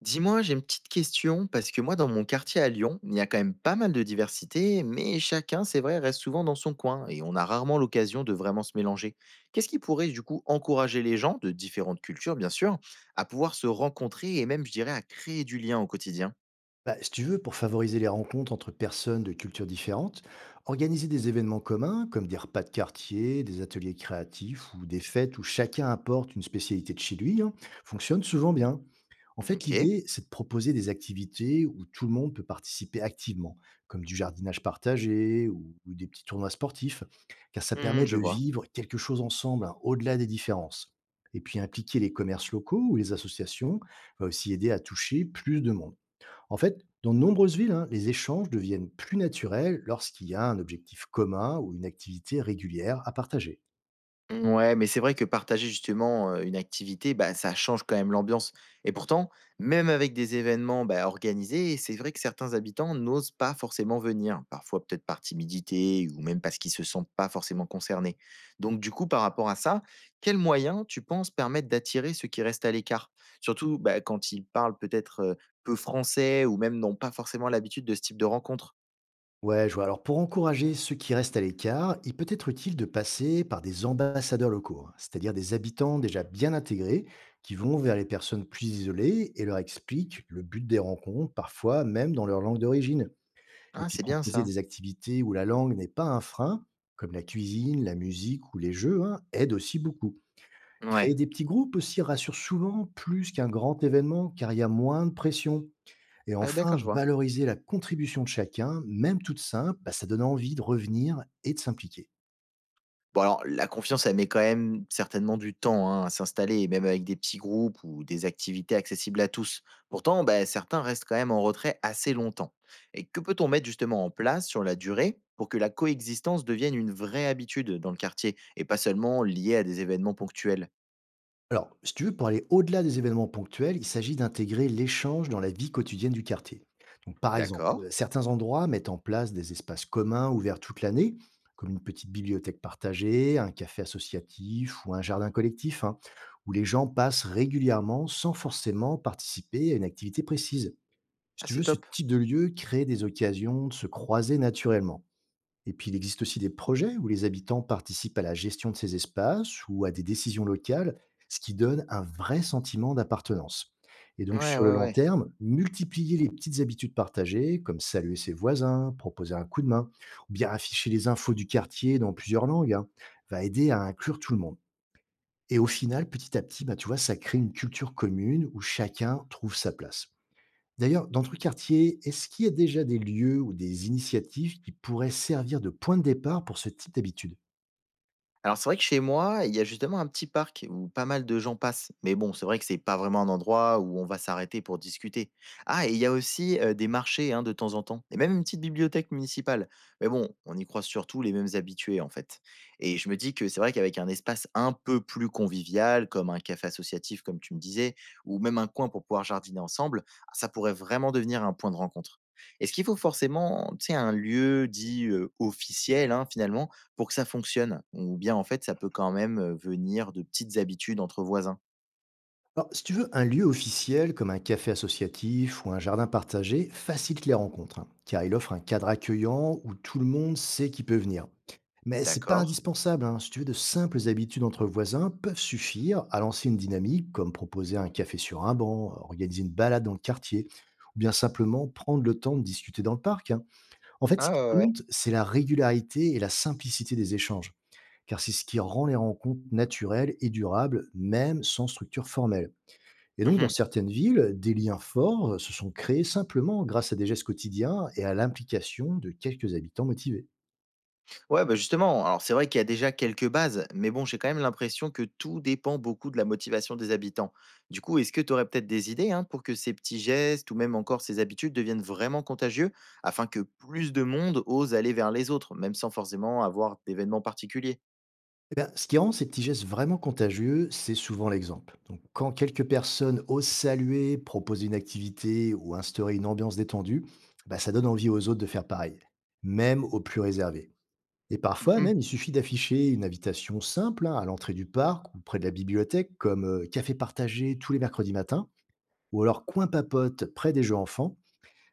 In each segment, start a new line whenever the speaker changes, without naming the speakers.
Dis-moi, j'ai une petite question, parce que moi, dans mon quartier à Lyon, il y a quand même pas mal de diversité, mais chacun, c'est vrai, reste souvent dans son coin, et on a rarement l'occasion de vraiment se mélanger. Qu'est-ce qui pourrait, du coup, encourager les gens, de différentes cultures, bien sûr, à pouvoir se rencontrer et même, je dirais, à créer du lien au quotidien.
Bah, si tu veux, pour favoriser les rencontres entre personnes de cultures différentes, organiser des événements communs, comme des repas de quartier, des ateliers créatifs ou des fêtes où chacun apporte une spécialité de chez lui, hein, fonctionne souvent bien. En fait,
Ok.
l'idée, c'est de proposer des activités où tout le monde peut participer activement, comme du jardinage partagé ou des petits tournois sportifs, car ça
Hmm,
permet
je
de
vois.
vivre quelque chose ensemble, hein, au-delà des différences. Et puis impliquer les commerces locaux ou les associations va aussi aider à toucher plus de monde. En fait, dans de nombreuses villes, hein, les échanges deviennent plus naturels lorsqu'il y a un objectif commun ou une activité régulière à partager.
Ouais, mais c'est vrai que partager justement, une activité, bah, ça change quand même l'ambiance. Et pourtant, même avec des événements, bah, organisés, c'est vrai que certains habitants n'osent pas forcément venir. Parfois peut-être par timidité ou même parce qu'ils se sentent pas forcément concernés. Donc du coup, par rapport à ça, quels moyens tu penses permettent d'attirer ceux qui restent à l'écart? Surtout, bah, quand ils parlent peut-être, peu français ou même n'ont pas forcément l'habitude de ce type de rencontre?
Ouais, je vois. Alors, pour encourager ceux qui restent à l'écart, il peut être utile de passer par des ambassadeurs locaux, hein, c'est-à-dire des habitants déjà bien intégrés qui vont vers les personnes plus isolées et leur expliquent le but des rencontres, parfois même dans leur langue d'origine. Et
Ah,
puis,
c'est bien
proposer
ça.
des activités où la langue n'est pas un frein, comme la cuisine, la musique ou les jeux, hein, aide aussi beaucoup. Créer
Ouais.
des petits groupes aussi rassure souvent plus qu'un grand événement, car il y a moins de pression. Et
Ouais, d'accord,
enfin,
je vois.
valoriser la contribution de chacun, même toute simple, bah, ça donne envie de revenir et de s'impliquer.
Bon alors, la confiance, elle met quand même certainement du temps hein, à s'installer, et même avec des petits groupes ou des activités accessibles à tous. Pourtant, bah, certains restent quand même en retrait assez longtemps. Et que peut-on mettre justement en place sur la durée pour que la coexistence devienne une vraie habitude dans le quartier et pas seulement liée à des événements ponctuels?
Alors, si tu veux, pour aller au-delà des événements ponctuels, il s'agit d'intégrer l'échange dans la vie quotidienne du quartier. Donc, par exemple,
D'accord.
certains endroits mettent en place des espaces communs ouverts toute l'année, comme une petite bibliothèque partagée, un café associatif ou un jardin collectif, hein, où les gens passent régulièrement sans forcément participer à une activité précise. Si
Ah,
tu
c'est
veux, ce
top.
type de lieu crée des occasions de se croiser naturellement. Et puis, il existe aussi des projets où les habitants participent à la gestion de ces espaces ou à des décisions locales, ce qui donne un vrai sentiment d'appartenance. Et donc,
Ouais,
sur le
ouais,
long
ouais.
terme, multiplier les petites habitudes partagées, comme saluer ses voisins, proposer un coup de main, ou bien afficher les infos du quartier dans plusieurs langues, hein, va aider à inclure tout le monde. Et au final, petit à petit, bah, tu vois, ça crée une culture commune où chacun trouve sa place. D'ailleurs, dans ton quartier, est-ce qu'il y a déjà des lieux ou des initiatives qui pourraient servir de point de départ pour ce type d'habitude?
Alors c'est vrai que chez moi, il y a justement un petit parc où pas mal de gens passent. Mais bon, c'est vrai que c'est pas vraiment un endroit où on va s'arrêter pour discuter. Ah, et il y a aussi des marchés hein, de temps en temps, et même une petite bibliothèque municipale. Mais bon, on y croise surtout les mêmes habitués en fait. Et je me dis que c'est vrai qu'avec un espace un peu plus convivial, comme un café associatif comme tu me disais, ou même un coin pour pouvoir jardiner ensemble, ça pourrait vraiment devenir un point de rencontre. Est-ce qu'il faut forcément, tu sais, un lieu dit officiel hein, finalement pour que ça fonctionne ou bien en fait ça peut quand même, venir de petites habitudes entre voisins.
Alors, si tu veux, un lieu officiel comme un café associatif ou un jardin partagé facilite les rencontres, hein, car il offre un cadre accueillant où tout le monde sait qui peut venir. Mais c'est pas
D'accord.
indispensable, hein. Si tu veux, de simples habitudes entre voisins peuvent suffire à lancer une dynamique, comme proposer un café sur un banc, organiser une balade dans le quartier, ou bien simplement prendre le temps de discuter dans le parc. Hein. En fait, ce
Ah ouais,
qui
ouais, ouais.
compte, c'est la régularité et la simplicité des échanges, car c'est ce qui rend les rencontres naturelles et durables, même sans structure formelle. Et donc, dans
Mmh.
certaines villes, des liens forts se sont créés simplement grâce à des gestes quotidiens et à l'implication de quelques habitants motivés.
Ouais, bah, justement, alors c'est vrai qu'il y a déjà quelques bases, mais bon, j'ai quand même l'impression que tout dépend beaucoup de la motivation des habitants. Du coup, est-ce que tu aurais peut-être des idées, hein, pour que ces petits gestes ou même encore ces habitudes deviennent vraiment contagieux afin que plus de monde ose aller vers les autres, même sans forcément avoir d'événements particuliers?
Eh bien, ce qui rend ces petits gestes vraiment contagieux, c'est souvent l'exemple. Donc, quand quelques personnes osent saluer, proposer une activité ou instaurer une ambiance détendue, bah, ça donne envie aux autres de faire pareil, même aux plus réservés. Et parfois
Mmh.
même, il suffit d'afficher une invitation simple hein, à l'entrée du parc ou près de la bibliothèque, comme café partagé tous les mercredis matins, ou alors coin papote près des jeux enfants.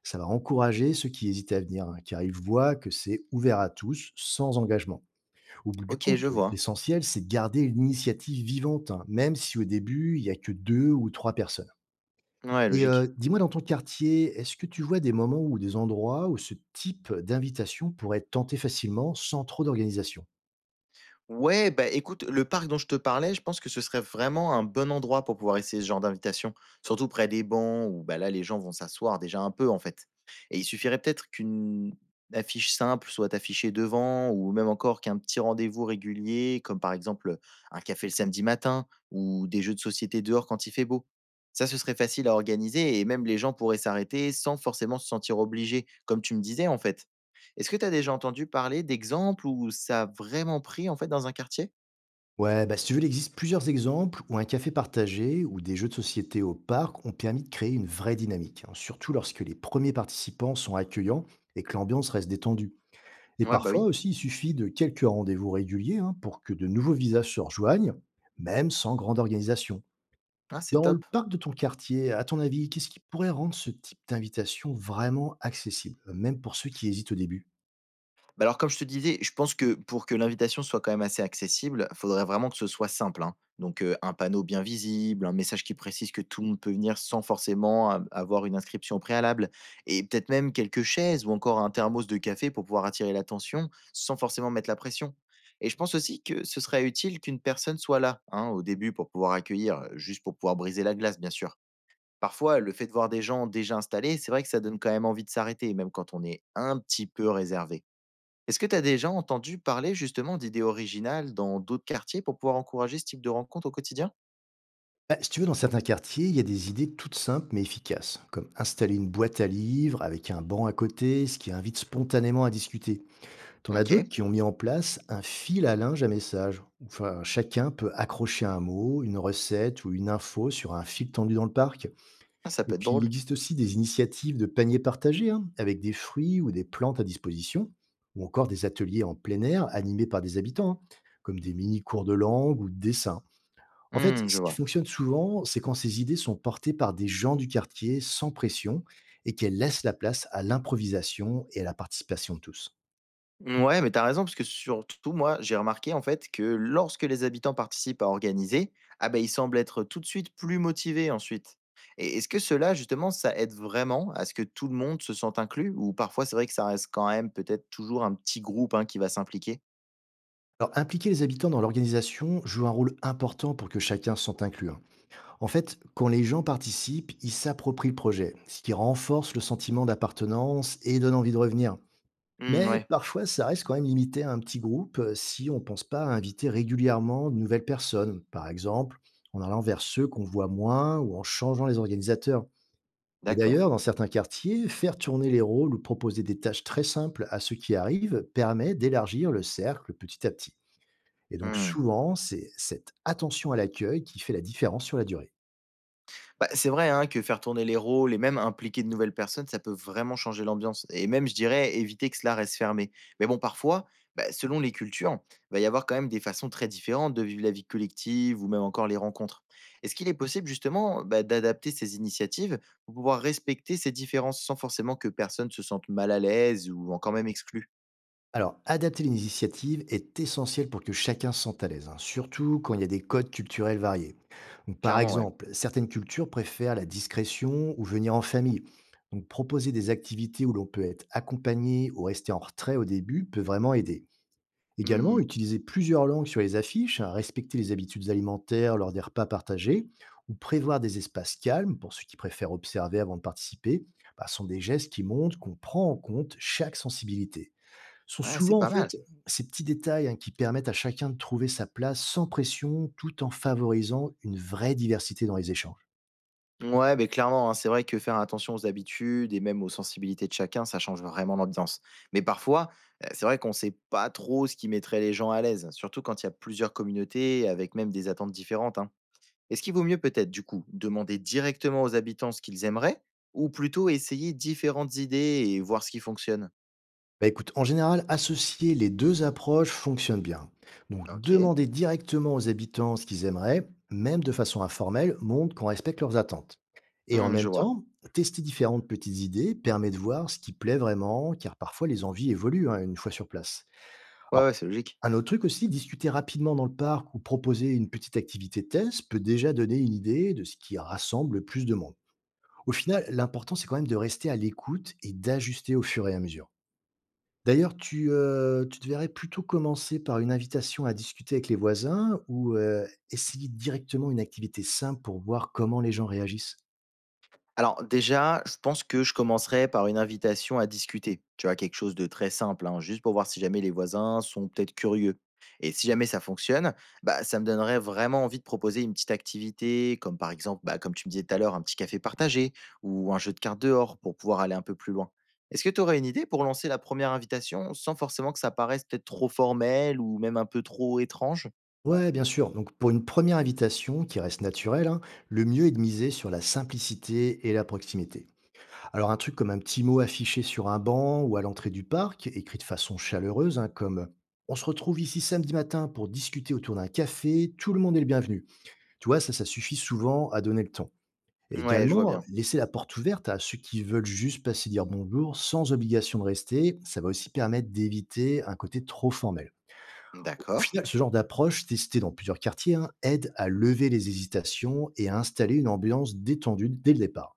Ça va encourager ceux qui hésitent à venir, hein, car ils voient que c'est ouvert à tous, sans engagement. Au bout du
OK,
compte,
je vois.
l'essentiel, c'est de garder l'initiative vivante, hein, même si au début, il n'y a que deux ou trois personnes.
Ouais,
Et
logique.
dis-moi, dans ton quartier, est-ce que tu vois des moments ou des endroits où ce type d'invitation pourrait être tenté facilement sans trop d'organisation?
Ouais, bah, écoute, le parc dont je te parlais, je pense que ce serait vraiment un bon endroit pour pouvoir essayer ce genre d'invitation, surtout près des bancs où bah, là les gens vont s'asseoir déjà un peu en fait. Et il suffirait peut-être qu'une affiche simple soit affichée devant ou même encore qu'un petit rendez-vous régulier comme par exemple un café le samedi matin ou des jeux de société dehors quand il fait beau. Ça, ce serait facile à organiser et même les gens pourraient s'arrêter sans forcément se sentir obligés, comme tu me disais en fait. Est-ce que tu as déjà entendu parler d'exemples où ça a vraiment pris, en fait, dans un quartier?
Ouais, bah, si tu veux, il existe plusieurs exemples où un café partagé ou des jeux de société au parc ont permis de créer une vraie dynamique, hein, surtout lorsque les premiers participants sont accueillants et que l'ambiance reste détendue. Et
Ouais, bah,
parfois
oui.
aussi, il suffit de quelques rendez-vous réguliers hein, pour que de nouveaux visages se rejoignent, même sans grande organisation.
Ah, c'est
Dans le
top.
parc de ton quartier, à ton avis, qu'est-ce qui pourrait rendre ce type d'invitation vraiment accessible, même pour ceux qui hésitent au début?
Bah, alors, comme je te disais, je pense que pour que l'invitation soit quand même assez accessible, faudrait vraiment que ce soit simple, hein. Donc, un panneau bien visible, un message qui précise que tout le monde peut venir sans forcément a avoir une inscription préalable et peut-être même quelques chaises ou encore un thermos de café pour pouvoir attirer l'attention sans forcément mettre la pression et je pense aussi que ce serait utile qu'une personne soit là, hein, au début pour pouvoir accueillir, juste pour pouvoir briser la glace, bien sûr. Parfois, le fait de voir des gens déjà installés, c'est vrai que ça donne quand même envie de s'arrêter, même quand on est un petit peu réservé. Est-ce que tu as déjà entendu parler justement d'idées originales dans d'autres quartiers pour pouvoir encourager ce type de rencontre au quotidien?
Bah, si tu veux, dans certains quartiers, il y a des idées toutes simples mais efficaces, comme installer une boîte à livres avec un banc à côté, ce qui invite spontanément à discuter. T'en as
Ok.
d'autres qui ont mis en place un fil à linge à message. Enfin, chacun peut accrocher un mot, une recette ou une info sur un fil tendu dans le parc.
Ah, ça
Et
peut être
puis, il
drôle.
existe aussi des initiatives de paniers partagés, hein, avec des fruits ou des plantes à disposition, ou encore des ateliers en plein air animés par des habitants, hein, comme des mini-cours de langue ou de dessin. En fait,
Hmm, je
ce qui
vois.
fonctionne souvent, c'est quand ces idées sont portées par des gens du quartier sans pression et qu'elles laissent la place à l'improvisation et à la participation de tous.
Ouais, mais t'as raison, parce que surtout, moi, j'ai remarqué en fait que lorsque les habitants participent à organiser, ah ben, ils semblent être tout de suite plus motivés ensuite. Et est-ce que cela, justement, ça aide vraiment à ce que tout le monde se sente inclus? Ou parfois, c'est vrai que ça reste quand même peut-être toujours un petit groupe hein, qui va s'impliquer?
Alors, impliquer les habitants dans l'organisation joue un rôle important pour que chacun se sente inclus. Hein. En fait, quand les gens participent, ils s'approprient le projet, ce qui renforce le sentiment d'appartenance et donne envie de revenir.
Hmm,
Mais
ouais,
parfois, ça reste quand même limité à un petit groupe si on ne pense pas à inviter régulièrement de nouvelles personnes, par exemple en allant vers ceux qu'on voit moins ou en changeant les organisateurs. Et
d'accord.
d'ailleurs, dans certains quartiers, faire tourner les rôles ou proposer des tâches très simples à ceux qui arrivent permet d'élargir le cercle petit à petit. Et donc
Hmm.
souvent, c'est cette attention à l'accueil qui fait la différence sur la durée.
Bah, c'est vrai, hein, que faire tourner les rôles et même impliquer de nouvelles personnes, ça peut vraiment changer l'ambiance et même, je dirais, éviter que cela reste fermé. Mais bon, parfois, bah, selon les cultures, il va y avoir quand même des façons très différentes de vivre la vie collective ou même encore les rencontres. Est-ce qu'il est possible justement bah, d'adapter ces initiatives pour pouvoir respecter ces différences sans forcément que personne se sente mal à l'aise ou encore même exclu?
Alors, adapter l'initiative est essentiel pour que chacun se sente à l'aise, hein, surtout quand il y a des codes culturels variés. Donc, par
Clairement, ouais.
exemple, certaines cultures préfèrent la discrétion ou venir en famille. Donc, proposer des activités où l'on peut être accompagné ou rester en retrait au début peut vraiment aider.
Hmm,
Également,
hmm.
utiliser plusieurs langues sur les affiches, hein, respecter les habitudes alimentaires lors des repas partagés, ou prévoir des espaces calmes pour ceux qui préfèrent observer avant de participer, bah, sont des gestes qui montrent qu'on prend en compte chaque sensibilité. Sont
Ouais, c'est
souvent en
pas mal.
fait ces petits détails, hein, qui permettent à chacun de trouver sa place sans pression, tout en favorisant une vraie diversité dans les échanges.
Ouais, beh, clairement, hein, c'est vrai que faire attention aux habitudes et même aux sensibilités de chacun, ça change vraiment l'ambiance. Mais parfois, c'est vrai qu'on ne sait pas trop ce qui mettrait les gens à l'aise, surtout quand il y a plusieurs communautés avec même des attentes différentes. Hein. Est-ce qu'il vaut mieux peut-être, du coup, demander directement aux habitants ce qu'ils aimeraient ou plutôt essayer différentes idées et voir ce qui fonctionne?
Bah, écoute, en général, associer les 2 approches fonctionne bien. Donc
Ok.
demander directement aux habitants ce qu'ils aimeraient, même de façon informelle, montre qu'on respecte leurs attentes. Et en
Hmm, je
même
vois.
temps, tester différentes petites idées permet de voir ce qui plaît vraiment, car parfois les envies évoluent, hein, une fois sur place.
Ouais,
Alors
ouais, c'est logique.
un autre truc aussi, discuter rapidement dans le parc ou proposer une petite activité test peut déjà donner une idée de ce qui rassemble le plus de monde. Au final, l'important, c'est quand même de rester à l'écoute et d'ajuster au fur et à mesure. D'ailleurs, tu devrais plutôt commencer par une invitation à discuter avec les voisins ou essayer directement une activité simple pour voir comment les gens réagissent.
Alors déjà, je pense que je commencerai par une invitation à discuter. Tu vois, quelque chose de très simple, hein, juste pour voir si jamais les voisins sont peut-être curieux. Et si jamais ça fonctionne, bah, ça me donnerait vraiment envie de proposer une petite activité, comme par exemple, bah, comme tu me disais tout à l'heure, un petit café partagé ou un jeu de cartes dehors pour pouvoir aller un peu plus loin. Est-ce que tu aurais une idée pour lancer la première invitation sans forcément que ça paraisse peut-être trop formel ou même un peu trop étrange?
Ouais, bien sûr. Donc, pour une première invitation qui reste naturelle, hein, le mieux est de miser sur la simplicité et la proximité. Alors un truc comme un petit mot affiché sur un banc ou à l'entrée du parc, écrit de façon chaleureuse, hein, comme on se retrouve ici samedi matin pour discuter autour d'un café, tout le monde est le bienvenu. Tu vois, ça suffit souvent à donner le ton. Et
Ouais, je vois
également,
bien.
laisser la porte ouverte à ceux qui veulent juste passer dire bonjour sans obligation de rester, ça va aussi permettre d'éviter un côté trop formel. Au
D'accord.
final, ce genre d'approche, testée dans plusieurs quartiers, hein, aide à lever les hésitations et à installer une ambiance détendue dès le départ.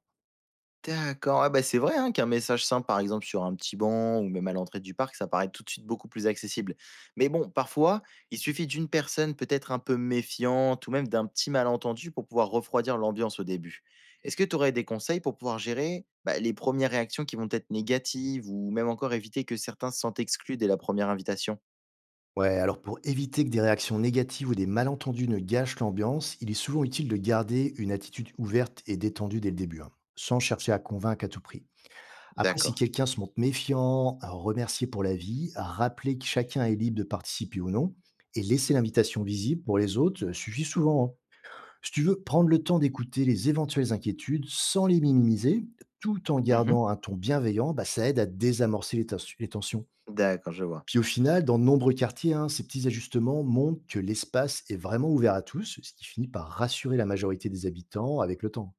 D'accord, ah bah, c'est vrai, hein, qu'un message simple, par exemple, sur un petit banc ou même à l'entrée du parc, ça paraît tout de suite beaucoup plus accessible. Mais bon, parfois, il suffit d'une personne peut-être un peu méfiante ou même d'un petit malentendu pour pouvoir refroidir l'ambiance au début. Est-ce que tu aurais des conseils pour pouvoir gérer bah, les premières réactions qui vont être négatives ou même encore éviter que certains se sentent exclus dès la première invitation?
Ouais, alors pour éviter que des réactions négatives ou des malentendus ne gâchent l'ambiance, il est souvent utile de garder une attitude ouverte et détendue dès le début, hein, sans chercher à convaincre à tout prix. Après, si
D'accord.
quelqu'un se montre méfiant, remercier pour la vie, à rappeler que chacun est libre de participer ou non, et laisser l'invitation visible pour les autres suffit souvent. Hein. Si tu veux, prendre le temps d'écouter les éventuelles inquiétudes sans les minimiser, tout en
Mhm.
gardant un ton bienveillant, bah, ça aide à désamorcer les les tensions.
D'accord, je vois.
Puis au final, dans de nombreux quartiers, hein, ces petits ajustements montrent que l'espace est vraiment ouvert à tous, ce qui finit par rassurer la majorité des habitants avec le temps.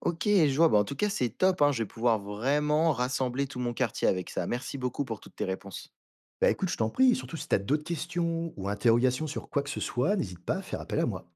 Ok, je vois. Bah, en tout cas, c'est top. Hein, je vais pouvoir vraiment rassembler tout mon quartier avec ça. Merci beaucoup pour toutes tes réponses.
Bah écoute, je t'en prie, surtout si tu as d'autres questions ou interrogations sur quoi que ce soit, n'hésite pas à faire appel à moi.